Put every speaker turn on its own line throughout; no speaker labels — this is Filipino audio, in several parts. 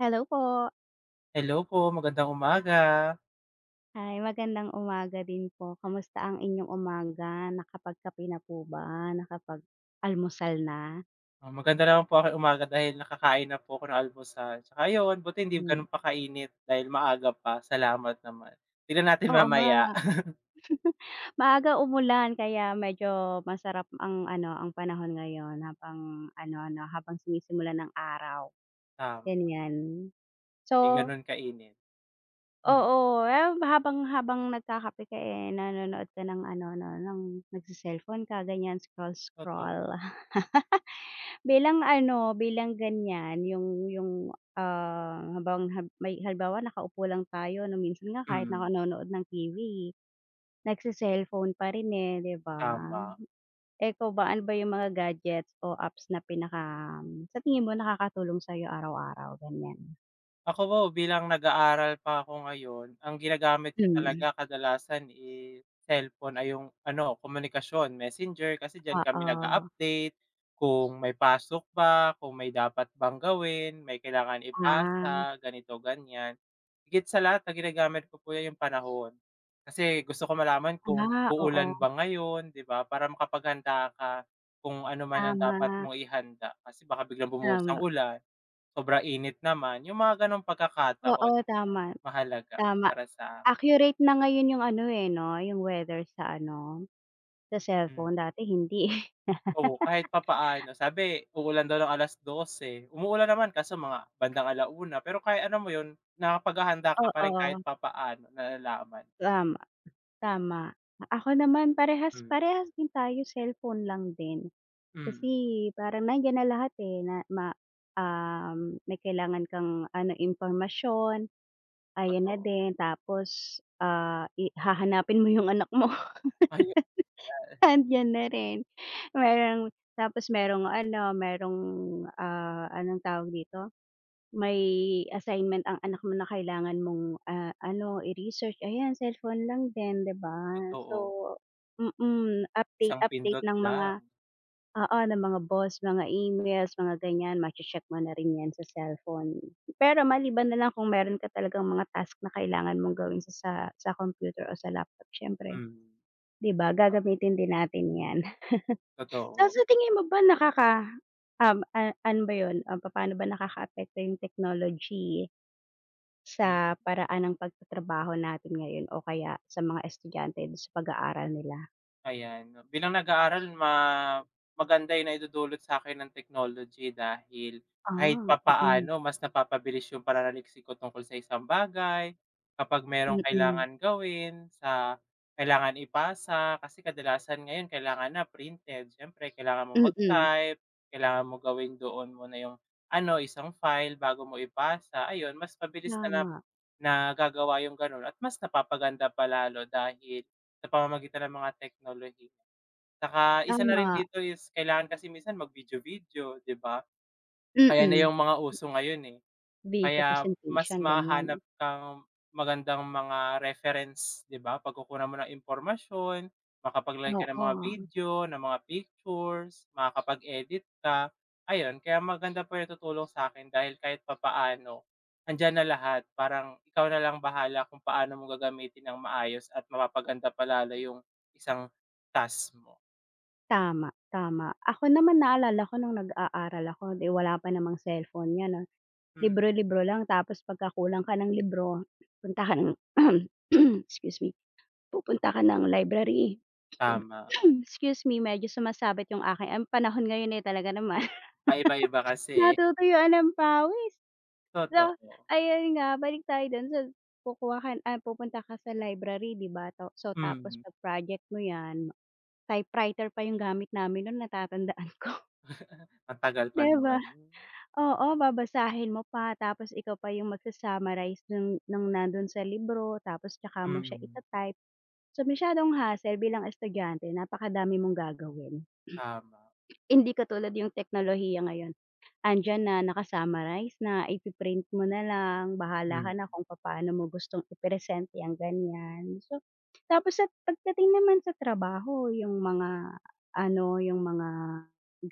Hello po.
Hello po, magandang umaga.
Hi, magandang umaga din po. Kamusta ang inyong umaga? Nakapagkape na po ba? Nakapag-almusal na?
Maganda naman po aking umaga dahil nakakain na po ako ng almusal. Tsaka yun, buti hindi
Hmm.
gano'n pa kainit dahil maaga pa, salamat naman. Tignan natin
Oo nga,
mamaya.
maaga umulan kaya medyo masarap ang ano, ang panahon ngayon habang ano ano habang sumisimula ng araw,
Tama,
ganyan.
'di
So
gano'n kainit. Hmm,
oo, eh, habang habang nagkakape ka, eh, nanonood ka ng ano 'no, ng nagse-cellphone ka ganyan,
totoo.
scroll-scroll. Bilang ano, bilang ganyan yung, habang hab may halimbawa nakaupo lang tayo 'no, minsan nga kahit na
Mm,
nanonood ng TV, nagse-cellphone pa rin, eh, 'di ba?
tama.
Eh, ikaw ba, ano ba yung mga gadgets o apps na pinaka sa tingin mo nakakatulong sa'yo araw-araw, ganyan?
Ako po bilang nag-aaral pa ako ngayon, ang ginagamit ko
Hmm,
talaga kadalasan is cellphone ay yung ano, komunikasyon, Messenger kasi diyan kami nag
oo.
update kung may pasok ba, kung may dapat bang gawin, may kailangan
Ah,
ipasa, ganito, ganyan. Higit sa lahat ang ginagamit ko po 'yan yung panahon. Kasi gusto ko malaman kung
ah,
uulan
oo,
ba ngayon, 'di ba, para makapaghanda ka kung ano man ang dapat
tama,
mong ihanda kasi baka biglang bumuhos
tama.
ang ulan. Sobra init naman, yung mga gano'ng pagkakataon
Oo, tama,
mahalaga
tama.
para sa
Accurate na ngayon yung ano, eh, 'no, yung weather sa ano. Sa
hmm,
cellphone, dati hindi, eh.
oo, kahit papaano. Sabi uulan daw ng 2:00 eh, umuulan naman kaso mga bandang alauna pero kahit alam mo yun, nakapaghahanda ka pa rin kahit
Oo.
papaano nalalaman.
Tama, tama. Ako naman
Hmm,
parehas-parehas din tayo cellphone lang din.
mm,
Kasi parang nandiyan na lahat, eh, na ma may kailangan kang ano, impormasyon, ayan na
totoo.
din. Tapos, i hahanapin mo yung anak mo.
Ay,
Andiyan na rin. Merong tapos merong ano, merong, anong tawag dito, may assignment ang anak mo na kailangan mong, ano, i-research. Ayan, cellphone lang din, 'di ba? So
totoo,
mm, update,
isang
update
pindot
ng mga
lang,
oo, ng mga boss, mga emails, mga ganyan, mache-check mo na rin 'yan sa cellphone. Pero maliban na lang kung meron ka talagang mga task na kailangan mong gawin sa sa computer o sa laptop siyempre,
mm,
'di ba, gagamitin din natin 'yan. Ah,
totoo.
sa tingin mo ba nakaka a ano ba yun, papaano ba nakakaapekto yung technology sa paraan ng pagtatrabaho natin ngayon o kaya sa mga estudyante dun sa pag-aaral nila?
Ayan, bilang nag-aaral ma maganda yung naidudulot sa'kin ng technology dahil kahit
Ah, mm.
papaano mas napapabilis yung pananaliksik ko tungkol sa isang bagay, kapag merong
Mm.
kailangan gawin, sa kailangan ipasa, kasi kadalasan ngayon kailangan na printed. Siyempre kailangan mo
Mm.
mag-type, kailangan mo gawin doon muna yung ano, isang file bago mo ipasa, ayun mas mabilis na
Tama,
nagagawa yung gano'n at mas napapaganda pa lalo dahil sa pamamagitan ng mga teknolohiya. Saka isa na rin
tama.
dito is kailangan kasi minsan mag-video-video, 'di ba? Ayan na
Mm.
yung mga uso ngayon, eh.
Video
Kaya mas
presentation, ganyan.
mahanap kang magandang mga reference, 'di ba? Pagkukunan mo ng impormasyon, makapaglagay ka ng mga
Oo,
video, ng mga pictures, makakapag-edit ka, ayun. Kaya maganda po 'yung tutulong sa akin dahil kahit papaano, andiyan na lahat. Parang ikaw na lang bahala kung paano mo gagamitin ng maayos at mapapaganda pa lalo 'yung isang task mo.
tama, tama. Ako naman naalala ko nung nag-aaral ako, 'di wala pa namang cellphone niyan, 'no?
Hmm,
Libro-libro lang tapos pagka kulang ka ng libro, punta ka ng excuse me, pupunta ka ng library.
tama.
Excuse me, medyo sumasabit yung aking ang panahon ngayon, eh, talaga naman
Paiba-iba kasi, eh.
natutuyuan ng pawis. So,
Totoo.
ayun nga balik tayo dun sa kukuha ka ah, pupunta ka sa library 'di ba, to? So tapos
Mm.
pag project mo 'yan, typewriter pa yung gamit namin nun natatandaan ko,
Ang tagal pa
'di ba?
naman.
Oo, babasahin mo pa tapos ikaw pa yung magsa-summarize ng nandun sa libro tapos tsaka mo siya
Mm,
ita-type. So, masyadong hassle bilang estudyante napakadami mong gagawin.
tama.
Hindi katulad yung teknolohiya ngayon. Andiyan na naka-summarize na ipi-print mo na lang, bahala ka
Hmm,
na kung papaano mo gustong i-present 'yang ganyan. So, tapos sa pagdating naman sa trabaho yung mga ano, yung mga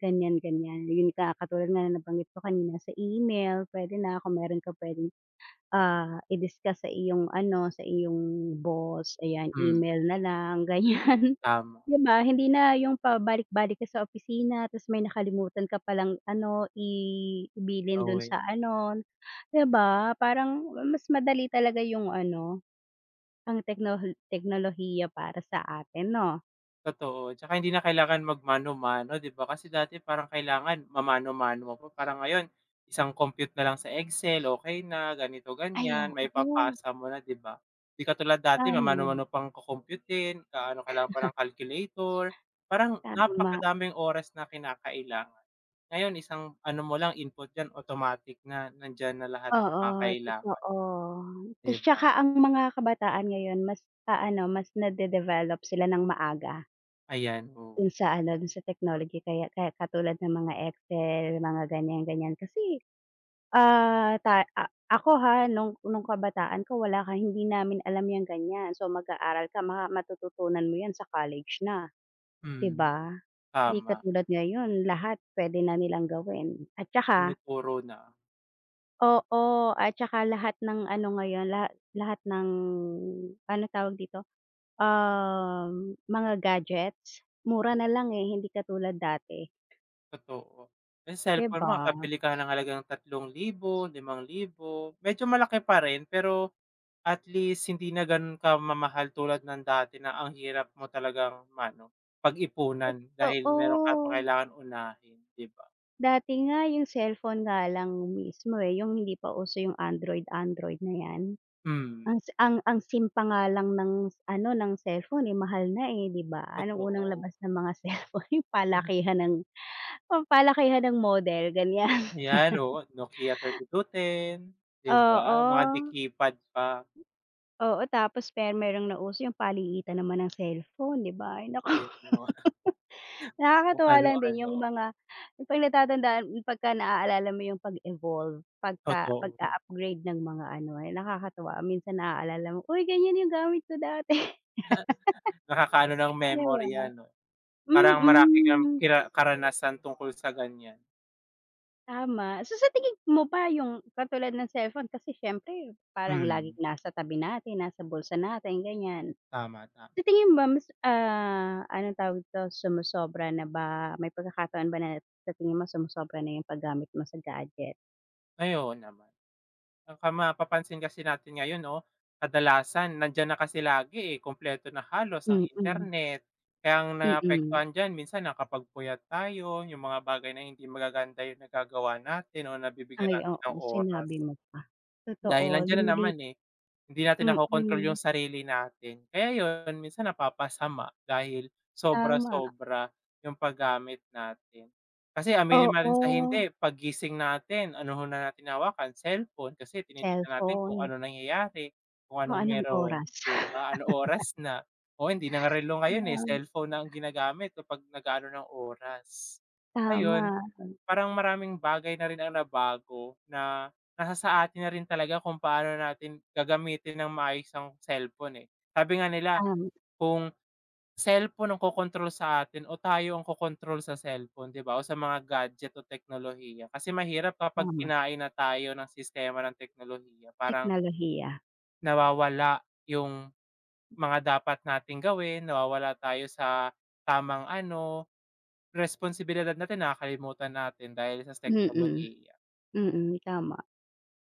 ganyan-ganyan, yun nga katulad nga ng nabanggit ko kanina sa email, puwede na kung meron ka puwedeng, i-discuss sa iyong ano, sa iyong boss, ayan
hmm,
email na lang ganyan.
tama,
'Di ba, hindi na yung pabalik-balik ka sa opisina tapos may nakalimutan ka palang ano, i ibilin dun
okey,
sa ano, 'di ba? Parang mas madali talaga yung ano, ang teknohol teknolohiya para sa atin 'no?
totoo. Tsaka hindi na kailangan magmano-mano, 'di ba? Kasi dati parang kailangan mamano-mano pa, parang ngayon isang compute na lang sa Excel, okay na, ganito,
Ay,
ganyan, may
oo.
papasa mo na, 'di ba? 'Di katulad dati
Tama,
mamano-mano pang kukumpyutin, ka ano, kailangan pa ng calculator, parang
tama.
napakadaming oras na kinakailangan. Ngayon isang ano mo lang, input yan, automatic na, nandiyan na lahat ng
Oo,
mga kailangan,
totoo.
'di
Tas
ba?
tsaka ang mga kabataan ngayon mas aano, mas nade-develop sila ng maaga
Ayan, oo.
dun sa ano, dun sa technology kaya kaya katulad ng mga Excel, mga ganyan-ganyan kasi. Ah, ta a ako ha, nung kabataan ko wala ka hindi namin alam yang ganyan. So, mag-aaral ka ma matututunan mo yan sa college na, 'di
Mm,
ba? Hindi
tama.
katulad ngayon lahat puwede na nilang gawin at tsaka
Tinuturo na,
oo, at tsaka lahat ng ano ngayon, laha lahat ng ano tawag dito, mga gadgets, mura
hmm,
na lang, eh, hindi katulad dati,
totoo. Yung
'di
cellphone
ba?
makakabili ka ng halagang 3,000, 5,000. Medyo malaki pa rin pero at least hindi na gano'n kamamahal tulad ng dati na ang hirap mo talagang mano ano pag-ipunan dahil meron ka pa
Totoo.
kailangan unahin, 'di ba?
Dati nga yung cellphone nga lang mismo, eh, yung hindi pa uso yung Android, Android na 'yan.
Mm,
Ang si ang SIM pa nga lang ng ano, ng cellphone, eh, mahal na, eh, 'di ba? Anong unang
totoo.
labas ng mga cellphone yung palakihan ng ang palakihan ng model, ganyan.
Yan, oo, Nokia 3210, 'di ba? Mga di
Oo,
pa, 'di ba?
oo, tapos pe merong nauso yung paliitan naman ng cellphone, 'di ba? Ay naku.
Kung
Nakakatuwa lang din
ano-ano,
yung mga yung 'pag natatandaan pagka naaalala mo yung pag-evolve, pagka
totoo.
pag-a-upgrade ng mga ano, eh, nakakatuwa minsan naaalala mo, "Uy, ganyan yung gamit ko dati."
Nakakaano ng
'Di ba?
memorya 'no, parang marami kang
Mm,
karanasan tungkol sa ganyan.
tama. So, sa tingin mo ba yung katulad ng cellphone kasi siyempre parang laging
Mm,
nasa tabi natin, nasa bulsa natin, ganyan.
tama, tama.
Sa tingin mo ba mas, anong tawag dito, sumosobra na ba, may pagkakataon ba na sa tingin mo sumosobra na yung paggamit mo sa gadget?
Ayun naman, saka mapapansin kasi natin ngayon 'no, kadalasan nandiyan na kasi lagi, eh, kumpleto na halos ang
Mm.
internet. Kaya ang
Mm.
naapektuhan diyan minsan nakakapagpuyat tayo, yung mga bagay na hindi magaganda yung nagagawa natin o nabibigyan
Ay,
natin
oo,
ng oras.
sinabi mo pa.
Dahil
Totoo,
nandiyan na naman,
lumilipat
eh. Hindi natin nakokontrol yung
mm,
sarili natin. Kaya yun, minsan napapasama dahil
tama.
sobra-sobra yung paggamit natin. Kasi aminin man rin sa
Oo,
hindi, pagising natin, ano ho na natin hawakan, cellphone kasi tinitignan natin kung
cellphone.
ano nangyayari, kung
Kung
anong
anong
meron,
oras.
'di ba? Anong oras na? O hindi na nga relo ngayon, eh,
Oo,
cellphone na ang ginagamit kapag nag-aano ng oras. Ayun.
tama,
Parang maraming bagay na rin ang nabago na nasa sa atin na rin talaga kung paano natin gagamitin ng maayos ang cellphone, eh. Sabi nga nila
tama,
kung cellphone ang kokontrol sa atin o tayo ang kokontrol sa cellphone, 'di ba, o sa mga gadget o teknolohiya. Kasi mahirap kapag
tama.
kinain na tayo ng sistema ng teknolohiya, parang
Teknolohiya.
nawawala yung mga dapat nating gawin, nawawala tayo sa tamang ano, responsibilidad natin nakakalimutan natin dahil sa
Mm,
teknolohiya.
mm, tama.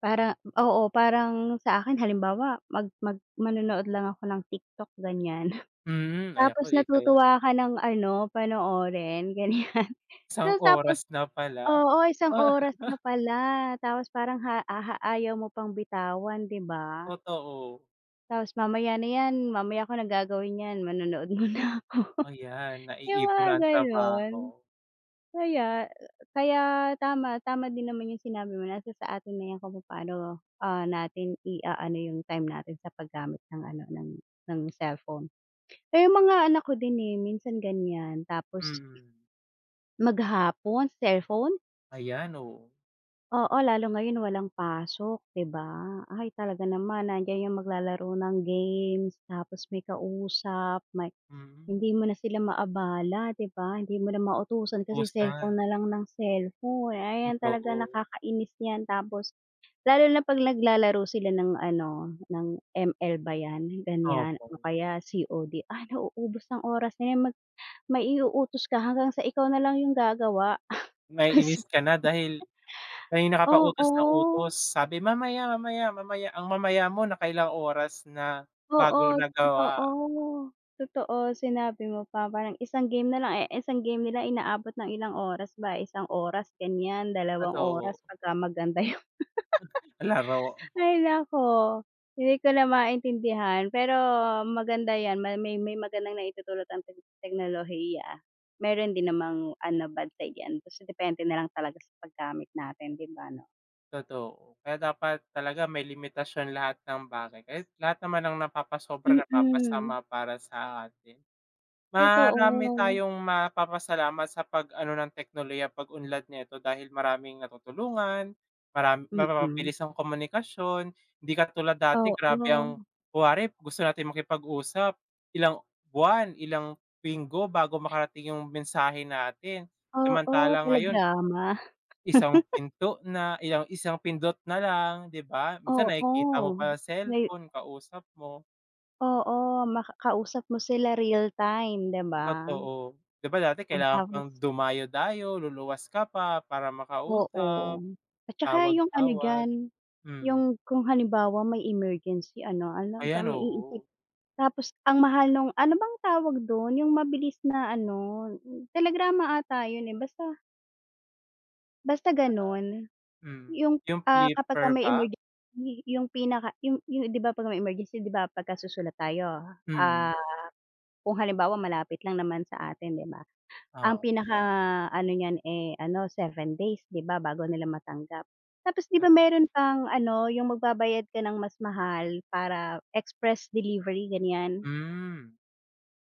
Para oo, parang sa akin halimbawa mag mag manonood lang ako ng TikTok, ganyan.
Mm, ay naku,
Tapos
eh, kaya
natutuwa ka ng ano, panoorin ganyan.
isang
So tapos
oras na pala.
oo, isang
Ah,
oras na pala tapos parang ha aha ayaw mo pang bitawan 'di ba?
Totoo.
Tapos mamaya na 'yan, mamaya ko na gagawin 'yan, manonood muna ako.
Ayan,
Yung
naiipon
mga
na ang
gano'n.
trabaho.
Kaya kaya tama, tama din naman yung sinabi mo nasa sa atin na 'yan kung papaano, natin iaano yung time natin sa paggamit ng ano, ng cellphone. Eh, yung mga anak ko din, eh, minsan ganyan. Tapos
Mm.
maghapon cellphone,
Ayan, oo.
oo, lalo ngayon walang pasok, 'di ba? Ay, talaga naman nandiyan yung maglalaro ng games, tapos may kausap, may
Mm,
hindi mo na sila maabala, 'di ba? Hindi mo na mautusan kasi
utusan,
cellphone na lang ng cellphone. Ayan, talaga
totoo.
nakakainis 'yan. Tapos lalo na 'pag naglalaro sila ng ano, ng ML ba 'yan, ganyan
Opo.
o kaya COD. Ah, nauubos ang oras nila. Maiuutos ka hanggang sa ikaw na lang yung gagawa kasi
Naiinis ka na dahil kanina ka pa utos ng
oo,
utos. Sabi, "Mamaya, mamaya, mamaya." Ang mamaya mo nakailang oras na
oo,
bago nagawa.
totoo, totoo sinabi mo pa parang isang game na lang, eh, isang game nila inaabot ng ilang oras ba, isang oras ganyan, dalawang
Totoo,
oras pagka maganda yung
laro.
ay naku, hindi ko na maintindihan pero maganda yan ma may may magandang naitutulot ang teg teknolohiya. Meron din namang ano, bad side yan, basta depende na lang talaga sa paggamit natin 'di ba 'no?
Totoo. Kaya dapat talaga may limitasyon lahat ng bagay kahit lahat naman ng napapasobra
Mm.
napapasama para sa atin. Marami
Totoo.
tayong mapapasalamat sa pag-ano ng teknolohiya, pag-unlad nito dahil maraming natutulungan,
Mm.
mapapabilis ang komunikasyon, hindi katulad dati
Oo,
grabe ang kunwari gusto natin makipag-usap, ilang buwan, ilang linggo bago makarating yung mensahe natin.
oo,
Samantala ngayon
telegrama.
isang pinto na, ilang isang pindot na lang, 'di ba? Minsan nakikita mo pa
Oo,
sa
may
cellphone, kausap mo,
oo, makakausap mo sila real time, 'di ba?
totoo. 'Di ba dati
Oh,
kailangan
tapos
pang dumayo-dayo, luluwas ka pa para makausap,
oo, at saka yung ano
tawag-tawag,
diyan,
mm.
yung kung halimbawa may emergency ano, ano ba
Ayan,
maiisip
oo,
tapos ang mahal nung ano bang tawag dun, yung mabilis na ano, telegrama ata yun, eh, basta basta ganun.
mm.
Yung,
Yung
kapagka
flipper
may
ba?
emergency yung pinaka yung 'di ba 'pag may emergency 'di ba pagkasusulat tayo, ah,
Mm,
kung halimbawa malapit lang naman sa atin 'di ba, ang
oo,
pinakaano niyan, eh, ano 7 days 'di ba bago nila matanggap. Tapos 'di ba meron pang ano yung magbabayad ka ng mas mahal para express delivery ganyan,
hmm,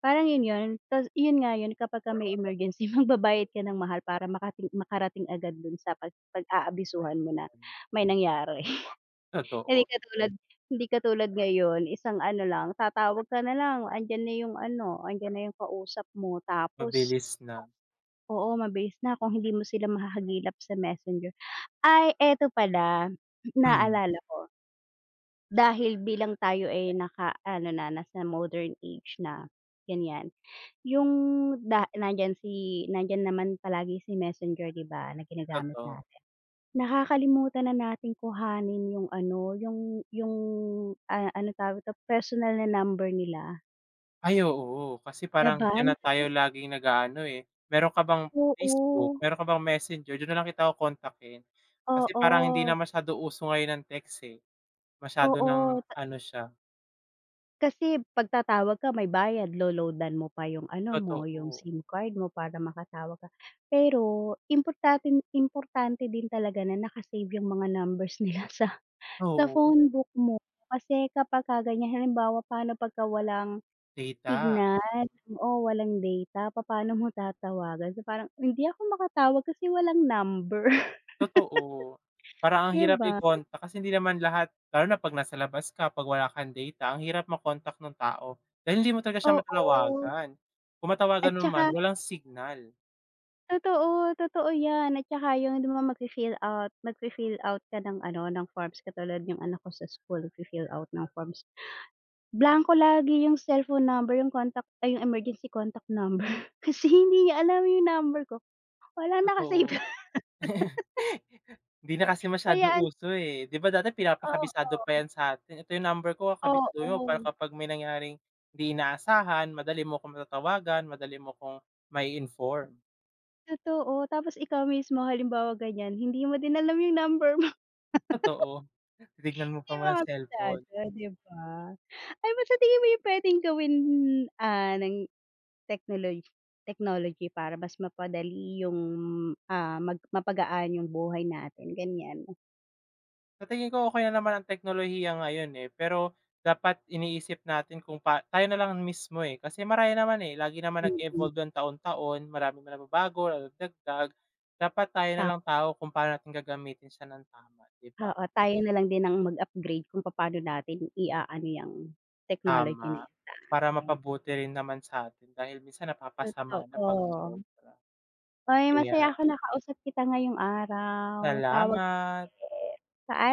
parang yun yun tas yun nga yun kapagka may emergency magbabayad ka ng mahal para makating makarating agad dun sa pag pag-aabisuhan mo na may nangyari. Hindi
totoo,
katulad hindi katulad ngayon isang ano lang tatawag ka na lang andiyan na yung ano, andiyan na yung kausap mo tapos
mabilis na,
oo, mabilis na kung hindi mo sila mahahagilap sa Messenger. Ay eto pala,
mm,
naalala ko, dahil bilang tayo ay naka-ano na nasa modern age na ganyan, yung da nandiyan si nandiyan naman palagi si Messenger 'di ba na ginagamit
totoo.
natin. Nakakalimutan na nating kuhanin yung ano, yung, ano tawag dito, personal na number nila,
Ay oo, kasi
'di
parang
ba?
diyan na tayo laging nag-aano, eh. Meron ka bang Facebook,
Oo,
meron ka bang Messenger, do'n na lang kita kokontakin. Kasi parang hindi na
oo,
masyado uso ngayon ang text, eh, masyado ng
oo.
ano siya
Kasi 'pag tatawag ka may bayad, lo load mo pa yung ano mo, yung
totoo.
SIM card mo para makatawag ka. Pero importante importante din talaga na naka-save yung mga numbers nila sa
Oo,
phone book mo. Kasi kapagka ganyan halimbawa paano pagka walang
data,
Signal, oo, walang data papaano mo tatawagan? So, parang hindi ako makatawag kasi walang number,
totoo. Parang ang
'di
hirap
ba?
i-kontak kasi hindi naman lahat lalo na 'pag nasa labas ka, 'pag wala kang data, ang hirap makontak ng tao dahil hindi mo talaga siya
Oo,
matawagan. Kung
at
matawagan mo man,
saka
walang signal,
totoo, totoo 'yan at saka yung 'di ba magfi-fill out ka ng ano, ng forms katulad yung anak ko sa school nagfi-fill out ng forms, blanko lagi yung cellphone number, yung contact ay yung emergency contact number kasi hindi niya alam yung number ko, wala naka-save
totoo. Hindi na kasi
kaya
masyadong uso, eh. 'Di ba dati pinapakabisado pa
oo,
'yan sa sa'tin, "Ito yung number ko, kabisaduhin mo para
oo.
kapag may nangyaring hindi inaasahan, madali mo kong matatawagan, madali mo kong may inform
Totoo, tapos ikaw mismo halimbawa ganyan, hindi mo din alam yung number mo,
totoo. Titignan mo
may
pa muna
mga
ang cellphone.
pisado, 'di ba? Ay ba sa tingin mo yung puwedeng gawin, ng technology technology para mas mapadali yung, mag mapagaan yung buhay natin, ganyan?
Sa tingin ko okey na naman ang teknolohiya ngayon, eh, pero dapat iniisip natin kung pa tayo na lang mismo, eh, kasi marami naman, eh, lagi naman nag
Mm,
evolve 'yan taon-taon, maraming nababago, nadadagdag. Dapat tayo na
ta
lang tao kung paano natin gagamitin siya ng tama, 'di ba?
oo, tayo na lang din ang mag-upgrade kung papaano natin iaano yung technology
Tama,
na
para
yan.
mapabuti rin naman sa'tin dahil minsan napapasama na 'pag
Totoo.
sobra.
Ay masaya ako
Ayan,
nakausap kita ngayong araw, tawag
salamat.
ulit. Paa